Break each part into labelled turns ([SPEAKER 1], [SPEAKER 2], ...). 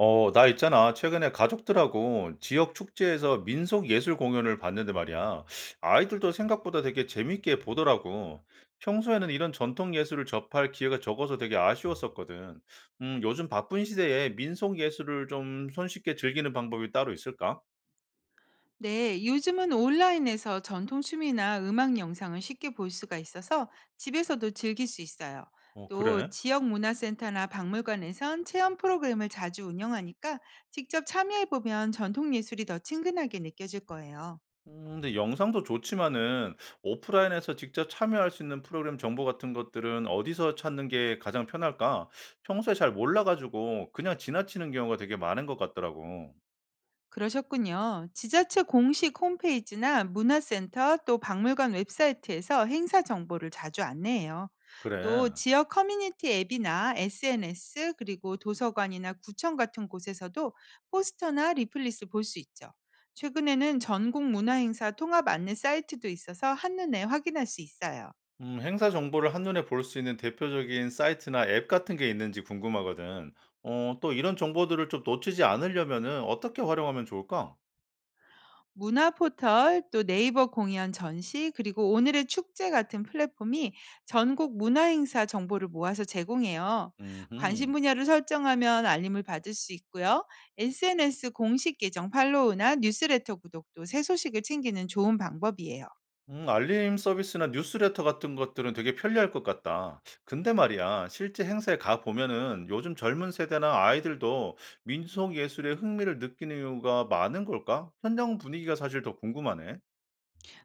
[SPEAKER 1] 나 있잖아. 최근에 가족들하고 지역 축제에서 민속 예술 공연을 봤는데 말이야. 아이들도 생각보다 되게 재밌게 보더라고. 평소에는 이런 전통 예술을 접할 기회가 적어서 되게 아쉬웠었거든. 요즘 바쁜 시대에 민속 예술을 좀 손쉽게 즐기는 방법이 따로 있을까?
[SPEAKER 2] 네, 요즘은 온라인에서 전통 춤이나 음악 영상을 쉽게 볼 수가 있어서 집에서도 즐길 수 있어요.
[SPEAKER 1] 어,
[SPEAKER 2] 또
[SPEAKER 1] 그래.
[SPEAKER 2] 지역 문화센터나 박물관에선 체험 프로그램을 자주 운영하니까 직접 참여해 보면 전통 예술이 더 친근하게 느껴질 거예요.
[SPEAKER 1] 근데 영상도 좋지만은 오프라인에서 직접 참여할 수 있는 프로그램 정보 같은 것들은 어디서 찾는 게 가장 편할까? 평소에 잘 몰라 가지고 그냥 지나치는 경우가 되게 많은 것 같더라고.
[SPEAKER 2] 그러셨군요. 지자체 공식 홈페이지나 문화센터 또 박물관 웹사이트에서 행사 정보를 자주 안내해요. 또
[SPEAKER 1] 그래.
[SPEAKER 2] 지역 커뮤니티 앱이나 SNS 그리고 도서관이나 구청 같은 곳에서도 포스터나 리플릿을 볼 수 있죠. 최근에는 전국 문화행사 통합 안내 사이트도 있어서 한눈에 확인할 수 있어요.
[SPEAKER 1] 행사 정보를 한눈에 볼 수 있는 대표적인 사이트나 앱 같은 게 있는지 궁금하거든. 또 이런 정보들을 좀 놓치지 않으려면은 어떻게 활용하면 좋을까?
[SPEAKER 2] 문화 포털, 또 네이버 공연 전시, 그리고 오늘의 축제 같은 플랫폼이 전국 문화 행사 정보를 모아서 제공해요. 관심
[SPEAKER 1] 음
[SPEAKER 2] 분야를 설정하면 알림을 받을 수 있고요. SNS 공식 계정 팔로우나 뉴스레터 구독도 새 소식을 챙기는 좋은 방법이에요.
[SPEAKER 1] 알림 서비스나 뉴스레터 같은 것들은 되게 편리할 것 같다. 근데 말이야, 실제 행사에 가 보면은 요즘 젊은 세대나 아이들도 민속 예술에 흥미를 느끼는 이유가 많은 걸까? 현장 분위기가 사실 더 궁금하네.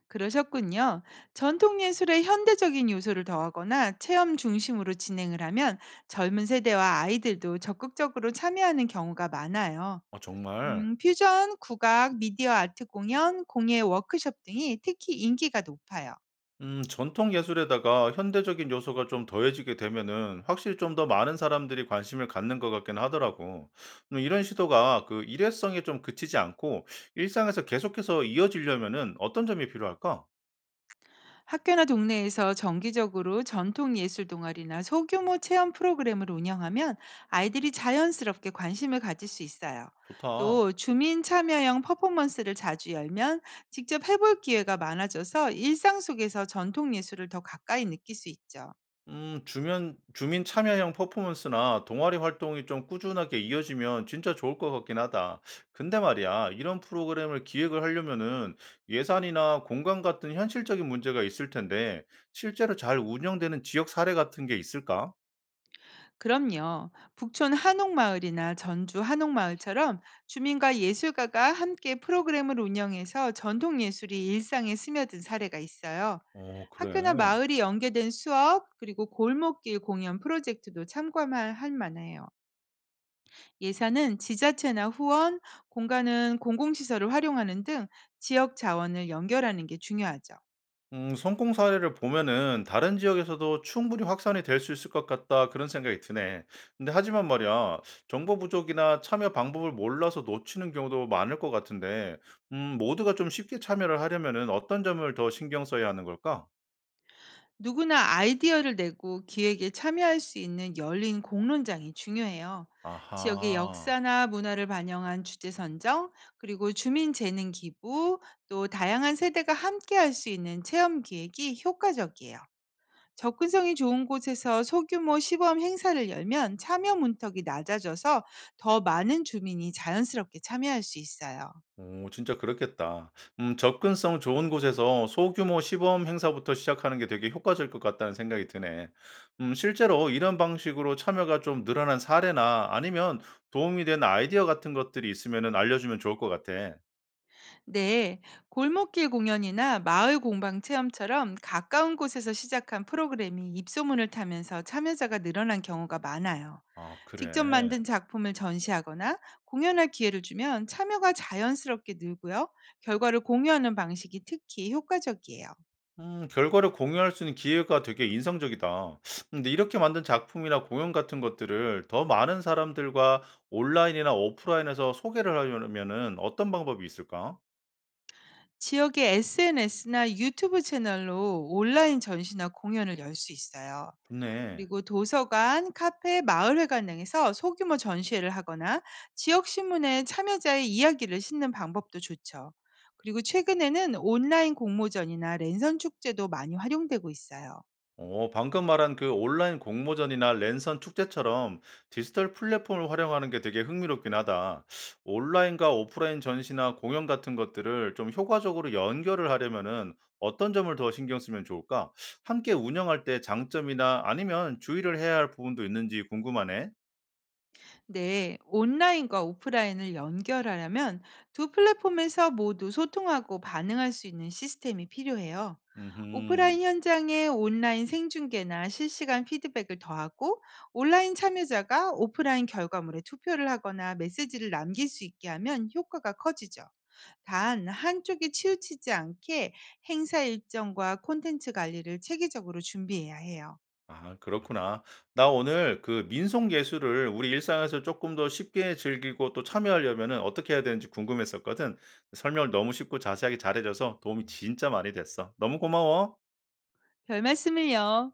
[SPEAKER 2] 그러셨군요. 전통 예술에 현대적인 요소를 더하거나 체험 중심으로 진행을 하면 젊은 세대와 아이들도 적극적으로 참여하는 경우가 많아요.
[SPEAKER 1] 아, 정말.
[SPEAKER 2] 퓨전, 국악, 미디어 아트 공연, 공예 워크숍 등이 특히 인기가 높아요.
[SPEAKER 1] 전통 예술에다가 현대적인 요소가 좀 더해지게 되면은 확실히 좀 더 많은 사람들이 관심을 갖는 것 같긴 하더라고. 이런 시도가 그 일회성에 좀 그치지 않고 일상에서 계속해서 이어지려면은 어떤 점이 필요할까?
[SPEAKER 2] 학교나 동네에서 정기적으로 전통 예술 동아리나 소규모 체험 프로그램을 운영하면 아이들이 자연스럽게 관심을 가질 수 있어요.
[SPEAKER 1] 좋다.
[SPEAKER 2] 또 주민 참여형 퍼포먼스를 자주 열면 직접 해볼 기회가 많아져서 일상 속에서 전통 예술을 더 가까이 느낄 수 있죠.
[SPEAKER 1] 주면 주민 참여형 퍼포먼스나 동아리 활동이 좀 꾸준하게 이어지면 진짜 좋을 것 같긴 하다. 근데 말이야, 이런 프로그램을 기획을 하려면은 예산이나 공간 같은 현실적인 문제가 있을 텐데, 실제로 잘 운영되는 지역 사례 같은 게 있을까?
[SPEAKER 2] 그럼요. 북촌 한옥마을이나 전주 한옥마을처럼 주민과 예술가가 함께 프로그램을 운영해서 전통 예술이 일상에 스며든 사례가 있어요.
[SPEAKER 1] 어, 그래.
[SPEAKER 2] 학교나 마을이 연계된 수업, 그리고 골목길 공연 프로젝트도 참고할 할 만해요. 예산은 지자체나 후원, 공간은 공공시설을 활용하는 등 지역 자원을 연결하는 게 중요하죠.
[SPEAKER 1] 성공 사례를 보면은 다른 지역에서도 충분히 확산이 될 수 있을 것 같다 그런 생각이 드네. 근데 하지만 말이야, 정보 부족이나 참여 방법을 몰라서 놓치는 경우도 많을 것 같은데, 모두가 좀 쉽게 참여를 하려면은 어떤 점을 더 신경 써야 하는 걸까?
[SPEAKER 2] 누구나 아이디어를 내고 기획에 참여할 수 있는 열린 공론장이 중요해요. 지역의
[SPEAKER 1] 아하.
[SPEAKER 2] 역사나 문화를 반영한 주제 선정, 그리고 주민 재능 기부, 또 다양한 세대가 함께 할 수 있는 체험 기획이 효과적이에요. 접근성이 좋은 곳에서 소규모 시범 행사를 열면 참여 문턱이 낮아져서 더 많은 주민이 자연스럽게 참여할 수 있어요.
[SPEAKER 1] 오 진짜 그렇겠다. 접근성 좋은 곳에서 소규모 시범 행사부터 시작하는 게 되게 효과적일 것 같다는 생각이 드네. 실제로 이런 방식으로 참여가 좀 늘어난 사례나 아니면 도움이 된 아이디어 같은 것들이 있으면 알려주면 좋을 것 같아.
[SPEAKER 2] 네, 골목길 공연이나 마을 공방 체험처럼 가까운 곳에서 시작한 프로그램이 입소문을 타면서 참여자가 늘어난 경우가 많아요.
[SPEAKER 1] 아
[SPEAKER 2] 직접 만든
[SPEAKER 1] 그래.
[SPEAKER 2] 작품을 전시하거나 공연할 기회를 주면 참여가 자연스럽게 늘고요. 결과를 공유하는 방식이 특히 효과적이에요.
[SPEAKER 1] 결과를 공유할 수 있는 기회가 되게 인상적이다. 근데 이렇게 만든 작품이나 공연 같은 것들을 더 많은 사람들과 온라인이나 오프라인에서 소개를 하려면은 어떤 방법이 있을까?
[SPEAKER 2] 지역의 SNS나 유튜브 채널로 온라인 전시나 공연을 열 수 있어요.
[SPEAKER 1] 좋네.
[SPEAKER 2] 그리고 도서관, 카페, 마을회관 등에서 소규모 전시회를 하거나 지역 신문에 참여자의 이야기를 싣는 방법도 좋죠. 그리고 최근에는 온라인 공모전이나 랜선 축제도 많이 활용되고 있어요.
[SPEAKER 1] 어, 방금 말한 그 온라인 공모전이나 랜선 축제처럼 디지털 플랫폼을 활용하는 게 되게 흥미롭긴 하다. 온라인과 오프라인 전시나 공연 같은 것들을 좀 효과적으로 연결을 하려면은 어떤 점을 더 신경 쓰면 좋을까? 함께 운영할 때 장점이나 아니면 주의를 해야 할 부분도 있는지 궁금하네.
[SPEAKER 2] 네, 온라인과 오프라인을 연결하려면 두 플랫폼에서 모두 소통하고 반응할 수 있는 시스템이 필요해요.
[SPEAKER 1] 음.
[SPEAKER 2] 오프라인 현장에 온라인 생중계나 실시간 피드백을 더하고 온라인 참여자가 오프라인 결과물에 투표를 하거나 메시지를 남길 수 있게 하면 효과가 커지죠. 단, 한쪽이 치우치지 않게 행사 일정과 콘텐츠 관리를 체계적으로 준비해야 해요.
[SPEAKER 1] 아 그렇구나. 나 오늘 그 민속 예술을 우리 일상에서 조금 더 쉽게 즐기고 또 참여하려면은 어떻게 해야 되는지 궁금했었거든. 설명을 너무 쉽고 자세하게 잘해 줘서 도움이 진짜 많이 됐어. 너무 고마워.
[SPEAKER 2] 별 말씀을요.